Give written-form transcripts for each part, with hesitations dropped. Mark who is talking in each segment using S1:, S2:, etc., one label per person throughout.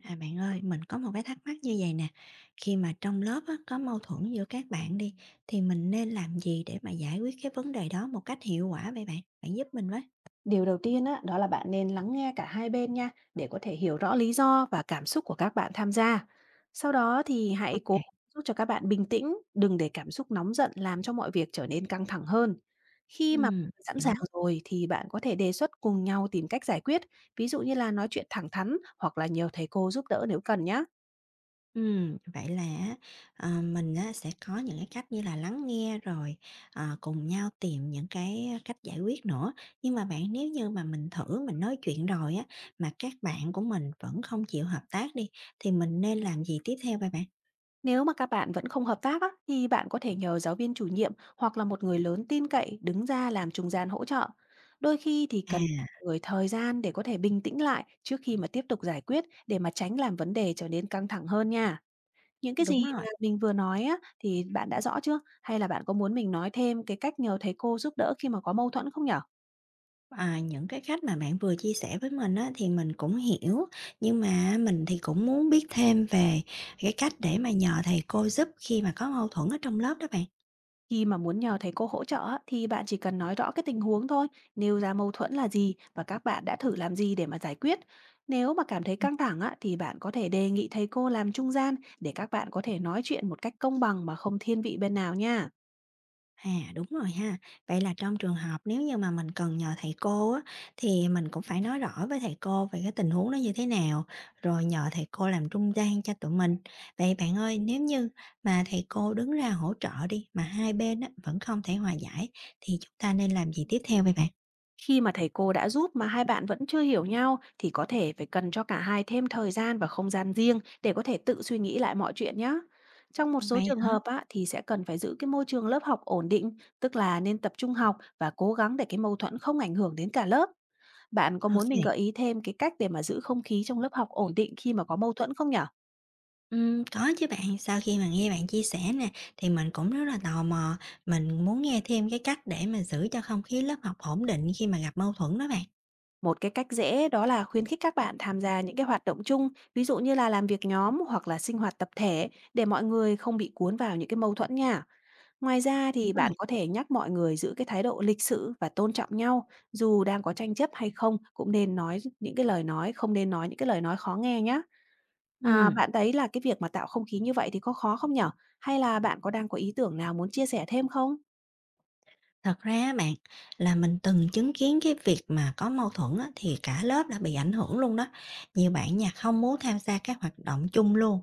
S1: À, bạn ơi, mình có một cái thắc mắc như vậy nè, khi mà trong lớp á, có mâu thuẫn giữa các bạn đi, thì mình nên làm gì để mà giải quyết cái vấn đề đó một cách hiệu quả vậy bạn? Bạn giúp mình với.
S2: Điều đầu tiên á, đó là bạn nên lắng nghe cả hai bên nha, để có thể hiểu rõ lý do và cảm xúc của các bạn tham gia. Sau đó thì
S1: Ok
S2: hãy cố
S1: kê.
S2: gắng giúp cho các bạn bình tĩnh, đừng để cảm xúc nóng giận làm cho mọi việc trở nên căng thẳng hơn. Khi mà sẵn sàng
S1: Hiểu.
S2: rồi thì bạn có thể đề xuất cùng nhau tìm cách giải quyết, ví dụ như là nói chuyện thẳng thắn hoặc là nhờ thầy cô giúp đỡ nếu cần nhé.
S1: Vậy là á, mình á, sẽ có những cái cách như là lắng nghe rồi, cùng nhau tìm những cái cách giải quyết nữa. Nhưng mà bạn, nếu như mà mình thử nói chuyện rồi á, mà các bạn của mình vẫn không chịu hợp tác đi, thì mình nên làm gì tiếp theo vậy bạn?
S2: Nếu mà các bạn vẫn không hợp tác á, thì bạn có thể nhờ giáo viên chủ nhiệm hoặc là một người lớn tin cậy đứng ra làm trung gian hỗ trợ. Đôi khi thì cần
S1: À,
S2: mọi người thời gian để có thể bình tĩnh lại trước khi mà tiếp tục giải quyết, để mà tránh làm vấn đề trở nên căng thẳng hơn nha. Những cái
S1: đúng
S2: gì
S1: rồi.
S2: mà mình vừa nói á, thì bạn đã rõ chưa? Hay là bạn có muốn mình nói thêm cái cách nhờ thầy cô giúp đỡ khi mà có mâu thuẫn không nhở?
S1: À, những cái cách mà bạn vừa chia sẻ với mình á, thì mình cũng hiểu, nhưng mà mình thì cũng muốn biết thêm về cái cách để mà nhờ thầy cô giúp khi mà có mâu thuẫn ở trong lớp đó bạn.
S2: Khi mà muốn nhờ thầy cô hỗ trợ á, thì bạn chỉ cần nói rõ cái tình huống thôi, nêu ra mâu thuẫn là gì và các bạn đã thử làm gì để mà giải quyết. Nếu mà cảm thấy căng thẳng á, thì bạn có thể đề nghị thầy cô làm trung gian để các bạn có thể nói chuyện một cách công bằng mà không thiên vị bên nào nha.
S1: À, đúng rồi ha. Vậy là trong trường hợp nếu như mà mình cần nhờ thầy cô á, thì mình cũng phải nói rõ với thầy cô về cái tình huống nó như thế nào, rồi nhờ thầy cô làm trung gian cho tụi mình. Vậy bạn ơi, nếu như mà thầy cô đứng ra hỗ trợ đi, mà hai bên á, vẫn không thể hòa giải, thì chúng ta nên làm gì tiếp theo vậy bạn?
S2: Khi mà thầy cô đã giúp mà hai bạn vẫn chưa hiểu nhau, thì có thể phải cần cho cả hai thêm thời gian và không gian riêng để có thể tự suy nghĩ lại mọi chuyện nhé. Trong một số
S1: Vậy
S2: trường
S1: hả?
S2: hợp á, thì sẽ cần phải giữ cái môi trường lớp học ổn định, tức là nên tập trung học và cố gắng để cái mâu thuẫn không ảnh hưởng đến cả lớp. Bạn có muốn mình
S1: OK.
S2: gợi ý thêm cái cách để mà giữ không khí trong lớp học ổn định khi mà có mâu thuẫn không nhở?
S1: Có chứ bạn, sau khi mà nghe bạn chia sẻ nè, thì mình cũng rất là tò mò, mình muốn nghe thêm cái cách để mà giữ cho không khí lớp học ổn định khi mà gặp mâu thuẫn đó bạn.
S2: Một cái cách dễ đó là khuyến khích các bạn tham gia những cái hoạt động chung, ví dụ như là làm việc nhóm hoặc là sinh hoạt tập thể, để mọi người không bị cuốn vào những cái mâu thuẫn nha. Ngoài ra
S1: Đúng
S2: thì
S1: rồi.
S2: bạn có thể nhắc mọi người giữ cái thái độ lịch sự và tôn trọng nhau, dù đang có tranh chấp hay không cũng nên nói những cái lời nói không nên nói những cái lời nói khó nghe nhá. À,
S1: Ừm,
S2: bạn thấy là cái việc mà tạo không khí như vậy thì có khó không nhở? Hay là bạn có đang có ý tưởng nào muốn chia sẻ thêm không?
S1: thật ra á bạn, là mình từng chứng kiến cái việc mà có mâu thuẫn á, thì cả lớp đã bị ảnh hưởng luôn đó. Nhiều bạn nhà không muốn tham gia các hoạt động chung luôn.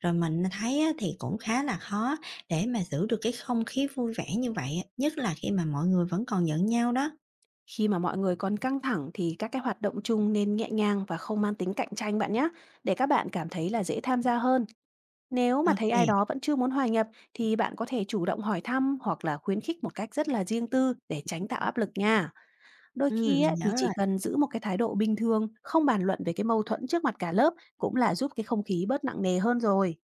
S1: Rồi mình thấy á, thì cũng khá là khó để mà giữ được cái không khí vui vẻ như vậy, á, nhất là khi mà mọi người vẫn còn giận nhau đó.
S2: Khi mà mọi người còn căng thẳng thì các cái hoạt động chung nên nhẹ nhàng và không mang tính cạnh tranh bạn nhé, để các bạn cảm thấy là dễ tham gia hơn. Nếu mà thấy ai
S1: Ok,
S2: đó vẫn chưa muốn hòa nhập thì bạn có thể chủ động hỏi thăm hoặc là khuyến khích một cách rất là riêng tư để tránh tạo áp lực nha. Đôi khi
S1: mình
S2: á, thì
S1: nhớ rồi.
S2: chỉ cần giữ một cái thái độ bình thường, không bàn luận về cái mâu thuẫn trước mặt cả lớp, cũng là giúp cái không khí bớt nặng nề hơn rồi.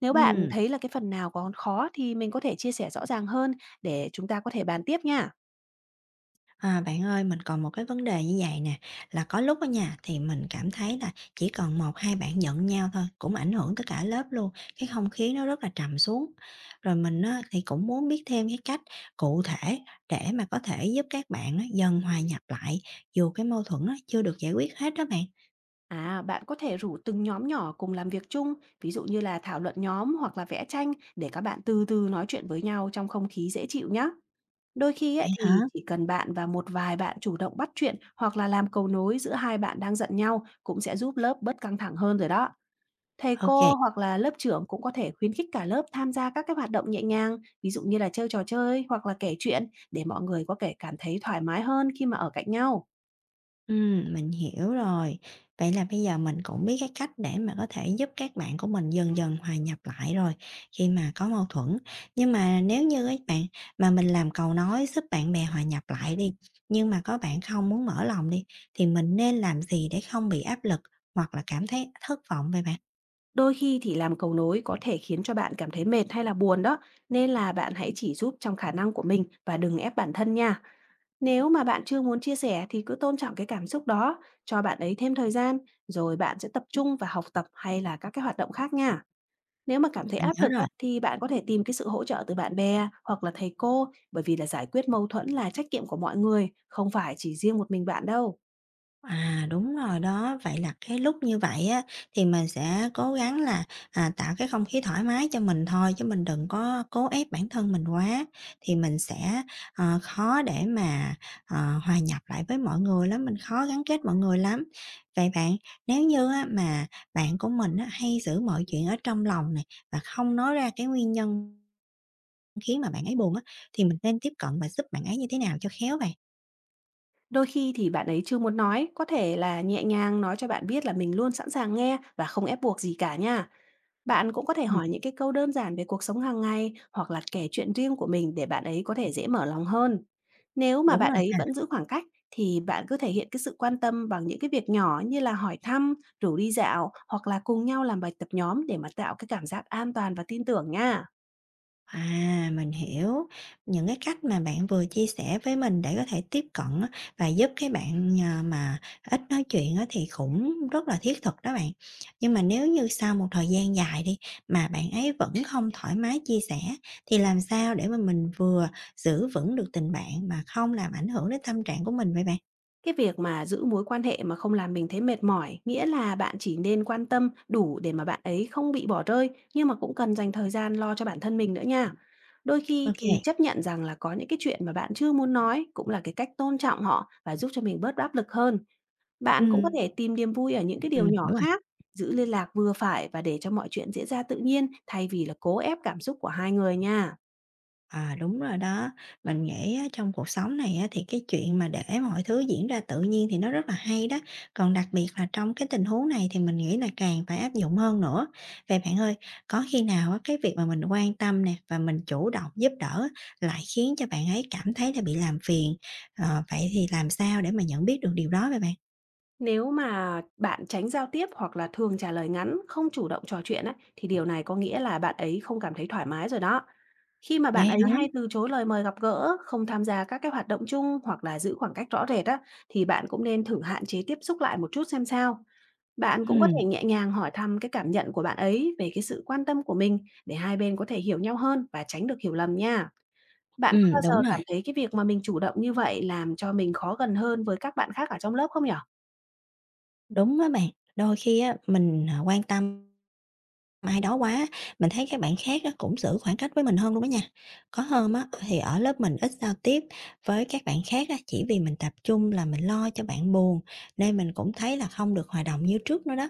S2: Nếu bạn
S1: Ừm.
S2: thấy là cái phần nào còn khó thì mình có thể chia sẻ rõ ràng hơn để chúng ta có thể bàn tiếp nha.
S1: À, bạn ơi, mình còn một cái vấn đề như vậy nè, là có lúc ở nhà thì mình cảm thấy là chỉ còn một 2 bạn giận nhau thôi cũng ảnh hưởng tới cả lớp luôn, cái không khí nó rất là trầm xuống. Rồi mình á, thì cũng muốn biết thêm cái cách cụ thể để mà có thể giúp các bạn á, dần hòa nhập lại, dù cái mâu thuẫn á, chưa được giải quyết hết đó bạn.
S2: À, bạn có thể rủ từng nhóm nhỏ cùng làm việc chung, ví dụ như là thảo luận nhóm hoặc là vẽ tranh, để các bạn từ từ nói chuyện với nhau trong không khí dễ chịu nhé. Đôi khi
S1: Vậy
S2: ấy,
S1: hả?
S2: thì chỉ cần bạn và một vài bạn chủ động bắt chuyện hoặc là làm cầu nối giữa hai bạn đang giận nhau, cũng sẽ giúp lớp bớt căng thẳng hơn rồi đó. Thầy
S1: Ok.
S2: cô hoặc là lớp trưởng cũng có thể khuyến khích cả lớp tham gia các cái hoạt động nhẹ nhàng, ví dụ như là chơi trò chơi hoặc là kể chuyện, để mọi người có thể cảm thấy thoải mái hơn khi mà ở cạnh nhau.
S1: Mình hiểu rồi. Vậy là bây giờ mình cũng biết cái cách để mà có thể giúp các bạn của mình dần dần hòa nhập lại rồi khi mà có mâu thuẫn. Nhưng mà nếu như ấy bạn mà mình làm cầu nối giúp bạn bè hòa nhập lại đi, nhưng mà có bạn không muốn mở lòng đi, thì mình nên làm gì để không bị áp lực hoặc là cảm thấy thất vọng vậy bạn?
S2: Đôi khi thì làm cầu nối có thể khiến cho bạn cảm thấy mệt hay là buồn đó, nên là bạn hãy chỉ giúp trong khả năng của mình và đừng ép bản thân nha. Nếu mà bạn chưa muốn chia sẻ thì cứ tôn trọng cái cảm xúc đó, cho bạn ấy thêm thời gian, rồi bạn sẽ tập trung vào học tập hay là các cái hoạt động khác nha. Nếu mà cảm
S1: Ừm.
S2: thấy
S1: Mình
S2: áp
S1: nhớ
S2: lực á,
S1: rồi.
S2: thì bạn có thể tìm cái sự hỗ trợ từ bạn bè hoặc là thầy cô, bởi vì là giải quyết mâu thuẫn là trách nhiệm của mọi người, không phải chỉ riêng một mình bạn đâu.
S1: À, đúng rồi đó. Vậy là cái lúc như vậy á, thì mình sẽ cố gắng là, tạo cái không khí thoải mái cho mình thôi, chứ mình đừng có cố ép bản thân mình quá, thì mình sẽ, khó để mà, hòa nhập lại với mọi người lắm, mình khó gắn kết mọi người lắm. Vậy bạn, nếu như á, mà bạn của mình á, hay giữ mọi chuyện ở trong lòng này và không nói ra cái nguyên nhân khiến mà bạn ấy buồn á, thì mình nên tiếp cận và giúp bạn ấy như thế nào cho khéo vậy?
S2: Đôi khi thì bạn ấy chưa muốn nói, có thể là nhẹ nhàng nói cho bạn biết là mình luôn sẵn sàng nghe và không ép buộc gì cả nha. Bạn cũng có thể
S1: Ừm,
S2: hỏi những cái câu đơn giản về cuộc sống hàng ngày hoặc là kể chuyện riêng của mình để bạn ấy có thể dễ mở lòng hơn. Nếu mà
S1: đúng
S2: bạn
S1: rồi.
S2: ấy vẫn giữ khoảng cách thì bạn cứ thể hiện cái sự quan tâm bằng những cái việc nhỏ như là hỏi thăm, rủ đi dạo hoặc là cùng nhau làm bài tập nhóm, để mà tạo cái cảm giác an toàn và tin tưởng nha.
S1: À, mình hiểu. Những cái cách mà bạn vừa chia sẻ với mình để có thể tiếp cận á, và giúp cái bạn, mà ít nói chuyện á thì cũng rất là thiết thực đó bạn. Nhưng mà nếu như sau một thời gian dài đi, mà bạn ấy vẫn không thoải mái chia sẻ, thì làm sao để mà mình vừa giữ vững được tình bạn mà không làm ảnh hưởng đến tâm trạng của mình vậy bạn?
S2: Cái việc mà giữ mối quan hệ mà không làm mình thấy mệt mỏi, nghĩa là bạn chỉ nên quan tâm đủ để mà bạn ấy không bị bỏ rơi, nhưng mà cũng cần dành thời gian lo cho bản thân mình nữa nha. Đôi khi
S1: OK kê.
S2: thì chấp nhận rằng là có những cái chuyện mà bạn chưa muốn nói cũng là cái cách tôn trọng họ và giúp cho mình bớt áp lực hơn. Bạn cũng có
S1: Ừm.
S2: thể tìm niềm vui ở những cái điều nhỏ khác, giữ liên lạc vừa phải và để cho mọi chuyện diễn ra tự nhiên, thay vì là cố ép cảm xúc của hai người nha.
S1: À, đúng rồi đó. Mình nghĩ á, trong cuộc sống này á, thì cái chuyện mà để mọi thứ diễn ra tự nhiên thì nó rất là hay đó. Còn đặc biệt là trong cái tình huống này thì mình nghĩ là càng phải áp dụng hơn nữa. Vậy bạn ơi, có khi nào á, cái việc mà mình quan tâm nè và mình chủ động giúp đỡ lại khiến cho bạn ấy cảm thấy là bị làm phiền, vậy thì làm sao để mà nhận biết được điều đó vậy bạn?
S2: Nếu mà bạn tránh giao tiếp hoặc là thường trả lời ngắn, không chủ động trò chuyện ấy, thì điều này có nghĩa là bạn ấy không cảm thấy thoải mái rồi đó. Khi mà bạn
S1: Vậy
S2: ấy
S1: hả?
S2: hay từ chối lời mời gặp gỡ, không tham gia các cái hoạt động chung hoặc là giữ khoảng cách rõ rệt á, thì bạn cũng nên thử hạn chế tiếp xúc lại một chút xem sao. Bạn cũng có
S1: Ừ,
S2: thể nhẹ nhàng hỏi thăm cái cảm nhận của bạn ấy về cái sự quan tâm của mình, để hai bên có thể hiểu nhau hơn và tránh được hiểu lầm nha. Bạn có bao
S1: đúng
S2: giờ
S1: rồi,
S2: cảm thấy cái việc mà mình chủ động như vậy làm cho mình khó gần hơn với các bạn khác ở trong lớp không nhở?
S1: đúng á bạn. Đôi khi á, mình quan tâm Mai đó quá, mình thấy các bạn khác á, cũng giữ khoảng cách với mình hơn luôn đó nha. Có hôm á, thì ở lớp mình ít giao tiếp với các bạn khác á, chỉ vì mình tập trung là mình lo cho bạn buồn, nên mình cũng thấy là không được hòa đồng như trước nữa đó.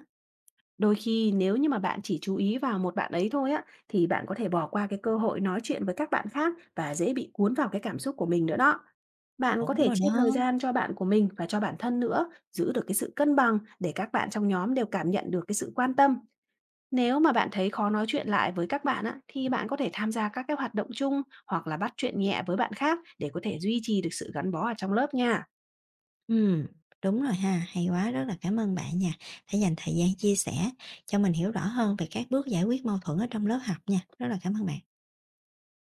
S2: Đôi khi nếu như mà bạn chỉ chú ý vào một bạn ấy thôi á, thì bạn có thể bỏ qua cái cơ hội nói chuyện với các bạn khác và dễ bị cuốn vào cái cảm xúc của mình nữa đó. Bạn có
S1: Đúng
S2: thể
S1: rồi
S2: chia thời
S1: đó.
S2: gian cho bạn của mình và cho bản thân nữa, giữ được cái sự cân bằng để các bạn trong nhóm đều cảm nhận được cái sự quan tâm. Nếu mà bạn thấy khó nói chuyện lại với các bạn á, thì bạn có thể tham gia các cái hoạt động chung hoặc là bắt chuyện nhẹ với bạn khác, để có thể duy trì được sự gắn bó ở trong lớp nha.
S1: Ừm, đúng rồi ha, hay quá, rất là cảm ơn bạn nha, đã dành thời gian chia sẻ cho mình hiểu rõ hơn về các bước giải quyết mâu thuẫn ở trong lớp học nha. Rất là cảm ơn bạn.